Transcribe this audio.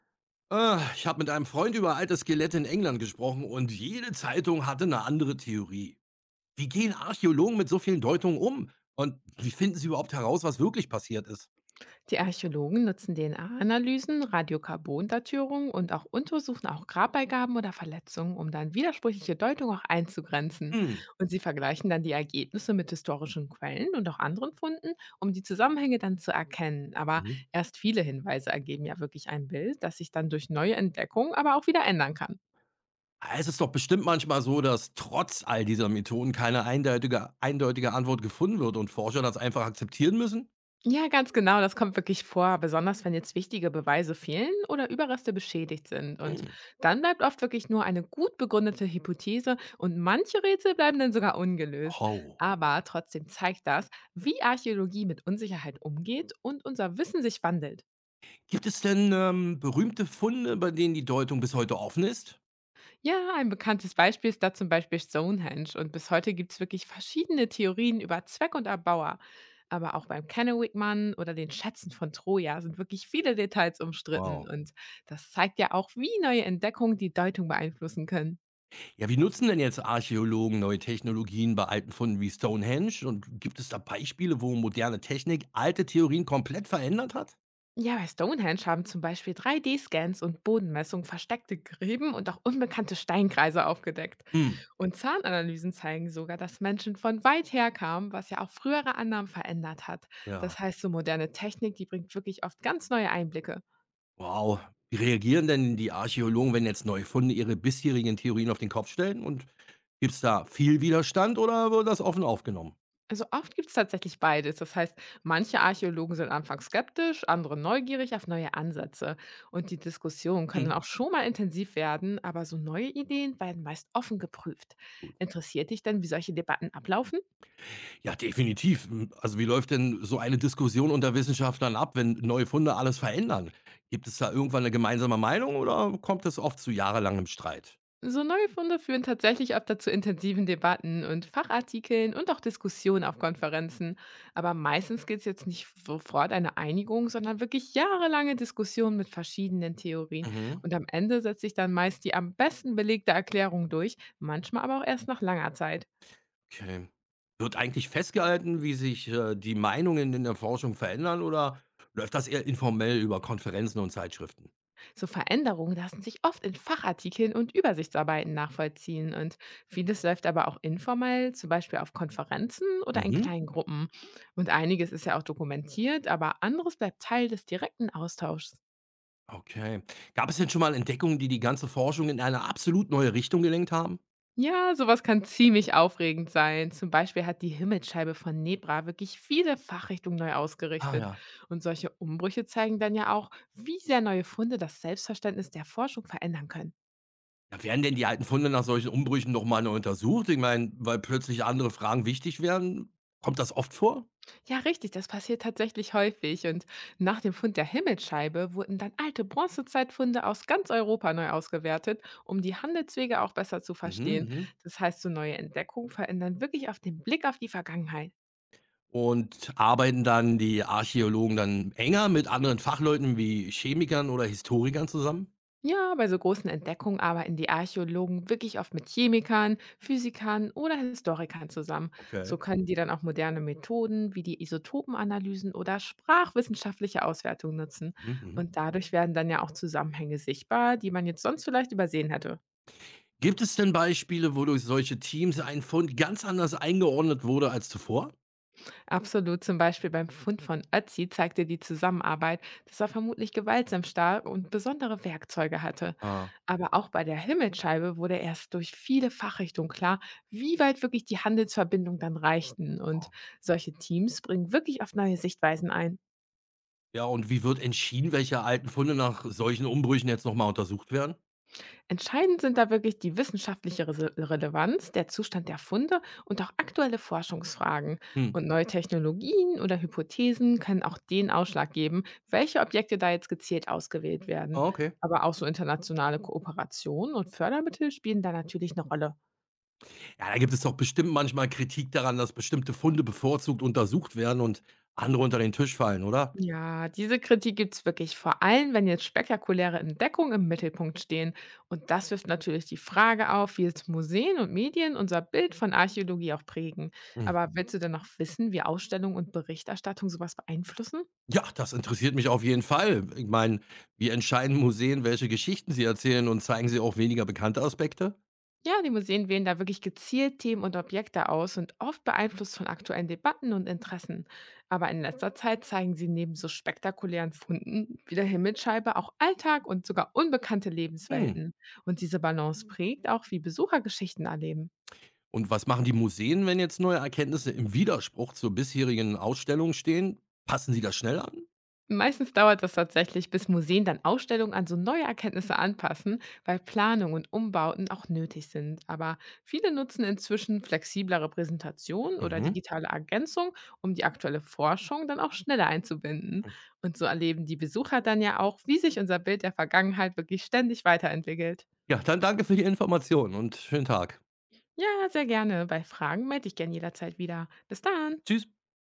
Ich habe mit einem Freund über alte Skelette in England gesprochen und jede Zeitung hatte eine andere Theorie. Wie gehen Archäologen mit so vielen Deutungen um? Und wie finden sie überhaupt heraus, was wirklich passiert ist? Die Archäologen nutzen DNA-Analysen, Radiokarbondatierung und auch untersuchen auch Grabbeigaben oder Verletzungen, um dann widersprüchliche Deutungen auch einzugrenzen. Hm. Und sie vergleichen dann die Ergebnisse mit historischen Quellen und auch anderen Funden, um die Zusammenhänge dann zu erkennen. Aber Mhm. erst viele Hinweise ergeben ja wirklich ein Bild, das sich dann durch neue Entdeckungen aber auch wieder ändern kann. Es ist doch bestimmt manchmal so, dass trotz all dieser Methoden keine eindeutige Antwort gefunden wird und Forscher das einfach akzeptieren müssen? Ja, ganz genau, das kommt wirklich vor, besonders wenn jetzt wichtige Beweise fehlen oder Überreste beschädigt sind. Und Hm. dann bleibt oft wirklich nur eine gut begründete Hypothese und manche Rätsel bleiben dann sogar ungelöst. Oh. Aber trotzdem zeigt das, wie Archäologie mit Unsicherheit umgeht und unser Wissen sich wandelt. Gibt es denn berühmte Funde, bei denen die Deutung bis heute offen ist? Ja, ein bekanntes Beispiel ist da zum Beispiel Stonehenge und bis heute gibt es wirklich verschiedene Theorien über Zweck und Erbauer. Aber auch beim Kennewick-Mann oder den Schätzen von Troja sind wirklich viele Details umstritten Wow. und das zeigt ja auch, wie neue Entdeckungen die Deutung beeinflussen können. Ja, wie nutzen denn jetzt Archäologen neue Technologien bei alten Funden wie Stonehenge? Und gibt es da Beispiele, wo moderne Technik alte Theorien komplett verändert hat? Ja, bei Stonehenge haben zum Beispiel 3D-Scans und Bodenmessungen versteckte Gräben und auch unbekannte Steinkreise aufgedeckt. Hm, Und Zahnanalysen zeigen sogar, dass Menschen von weit her kamen, was ja auch frühere Annahmen verändert hat. ja. Das heißt, so moderne Technik, die bringt wirklich oft ganz neue Einblicke. Wow. Wie reagieren denn die Archäologen, wenn jetzt neue Funde ihre bisherigen Theorien auf den Kopf stellen? Und gibt es da viel Widerstand oder wird das offen aufgenommen? Also oft gibt es tatsächlich beides. Das heißt, manche Archäologen sind anfangs skeptisch, andere neugierig auf neue Ansätze. Und die Diskussionen können Hm. auch schon mal intensiv werden, aber so neue Ideen werden meist offen geprüft. Gut. Interessiert dich denn, wie solche Debatten ablaufen? Ja, definitiv. Hm, also wie läuft denn so eine Diskussion unter Wissenschaftlern ab, wenn neue Funde alles verändern? Gibt es da irgendwann eine gemeinsame Meinung oder kommt es oft zu jahrelangem Streit? So neue Funde führen tatsächlich oft dazu intensiven Debatten und Fachartikeln und auch Diskussionen auf Konferenzen. Aber meistens geht es jetzt nicht sofort eine Einigung, sondern wirklich jahrelange Diskussionen mit verschiedenen Theorien. Mhm. Und am Ende setzt sich dann meist die am besten belegte Erklärung durch, manchmal aber auch erst nach langer Zeit. Okay. Wird eigentlich festgehalten, wie sich die Meinungen in der Forschung verändern oder läuft das eher informell über Konferenzen und Zeitschriften? So Veränderungen lassen sich oft in Fachartikeln und Übersichtsarbeiten nachvollziehen und vieles läuft aber auch informell, zum Beispiel auf Konferenzen oder in Mhm. kleinen Gruppen. Und einiges ist ja auch dokumentiert, aber anderes bleibt Teil des direkten Austauschs. Okay. Gab es denn schon mal Entdeckungen, die die ganze Forschung in eine absolut neue Richtung gelenkt haben? Ja, sowas kann ziemlich aufregend sein. Zum Beispiel hat die Himmelsscheibe von Nebra wirklich viele Fachrichtungen neu Ah ausgerichtet. ja. Und solche Umbrüche zeigen dann ja auch, wie sehr neue Funde das Selbstverständnis der Forschung verändern können. Ja, werden denn die alten Funde nach solchen Umbrüchen noch mal neu untersucht? Ich meine, weil plötzlich andere Fragen wichtig werden, kommt das oft vor? Ja, richtig, das passiert tatsächlich häufig. Und nach dem Fund der Himmelsscheibe wurden dann alte Bronzezeitfunde aus ganz Europa neu ausgewertet, um die Handelswege auch besser zu Mhm, verstehen. mhm. Das heißt, so neue Entdeckungen verändern wirklich auf den Blick auf die Vergangenheit. Und arbeiten dann die Archäologen dann enger mit anderen Fachleuten wie Chemikern oder Historikern zusammen? Ja, bei so großen Entdeckungen arbeiten die Archäologen wirklich oft mit Chemikern, Physikern oder Historikern zusammen. Okay. So können die dann auch moderne Methoden wie die Isotopenanalysen oder sprachwissenschaftliche Auswertung nutzen. Mhm. Und dadurch werden dann ja auch Zusammenhänge sichtbar, die man jetzt sonst vielleicht übersehen hätte. Gibt es denn Beispiele, wo durch solche Teams ein Fund ganz anders eingeordnet wurde als zuvor? Absolut, zum Beispiel beim Fund von Ötzi zeigte die Zusammenarbeit, dass er vermutlich gewaltsam starb und besondere Werkzeuge hatte. Ah. Aber auch bei der Himmelsscheibe wurde erst durch viele Fachrichtungen klar, wie weit wirklich die Handelsverbindungen dann reichten. Und solche Teams bringen wirklich oft neue Sichtweisen ein. Ja, und wie wird entschieden, welche alten Funde nach solchen Umbrüchen jetzt nochmal untersucht werden? Entscheidend sind da wirklich die wissenschaftliche Relevanz, der Zustand der Funde und auch aktuelle Forschungsfragen. Hm. Und neue Technologien oder Hypothesen können auch den Ausschlag geben, welche Objekte da jetzt gezielt ausgewählt Ah, werden. okay. Aber auch so internationale Kooperationen und Fördermittel spielen da natürlich eine Rolle. Ja, da gibt es doch bestimmt manchmal Kritik daran, dass bestimmte Funde bevorzugt untersucht werden und andere unter den Tisch fallen, oder? Ja, diese Kritik gibt's wirklich vor allem, wenn jetzt spektakuläre Entdeckungen im Mittelpunkt stehen. Und das wirft natürlich die Frage auf, wie jetzt Museen und Medien unser Bild von Archäologie auch prägen. Hm. Aber willst du denn noch wissen, wie Ausstellungen und Berichterstattung sowas beeinflussen? Ja, das interessiert mich auf jeden Fall. Ich meine, wie entscheiden Museen, welche Geschichten sie erzählen und zeigen sie auch weniger bekannte Aspekte? Ja, die Museen wählen da wirklich gezielt Themen und Objekte aus und oft beeinflusst von aktuellen Debatten und Interessen. Aber in letzter Zeit zeigen sie neben so spektakulären Funden wie der Himmelsscheibe auch Alltag und sogar unbekannte Hm. Lebenswelten. Und diese Balance prägt auch, wie Besucher Geschichten erleben. Und was machen die Museen, wenn jetzt neue Erkenntnisse im Widerspruch zur bisherigen Ausstellung stehen? Passen sie das schnell an? Meistens dauert das tatsächlich, bis Museen dann Ausstellungen an so neue Erkenntnisse anpassen, weil Planung und Umbauten auch nötig sind. Aber viele nutzen inzwischen flexiblere Präsentationen oder Mhm. digitale Ergänzung, um die aktuelle Forschung dann auch schneller einzubinden. Und so erleben die Besucher dann ja auch, wie sich unser Bild der Vergangenheit wirklich ständig weiterentwickelt. Ja, dann danke für die Information und schönen Tag. Ja, sehr gerne. Bei Fragen melde ich gerne jederzeit wieder. Bis dann. Tschüss.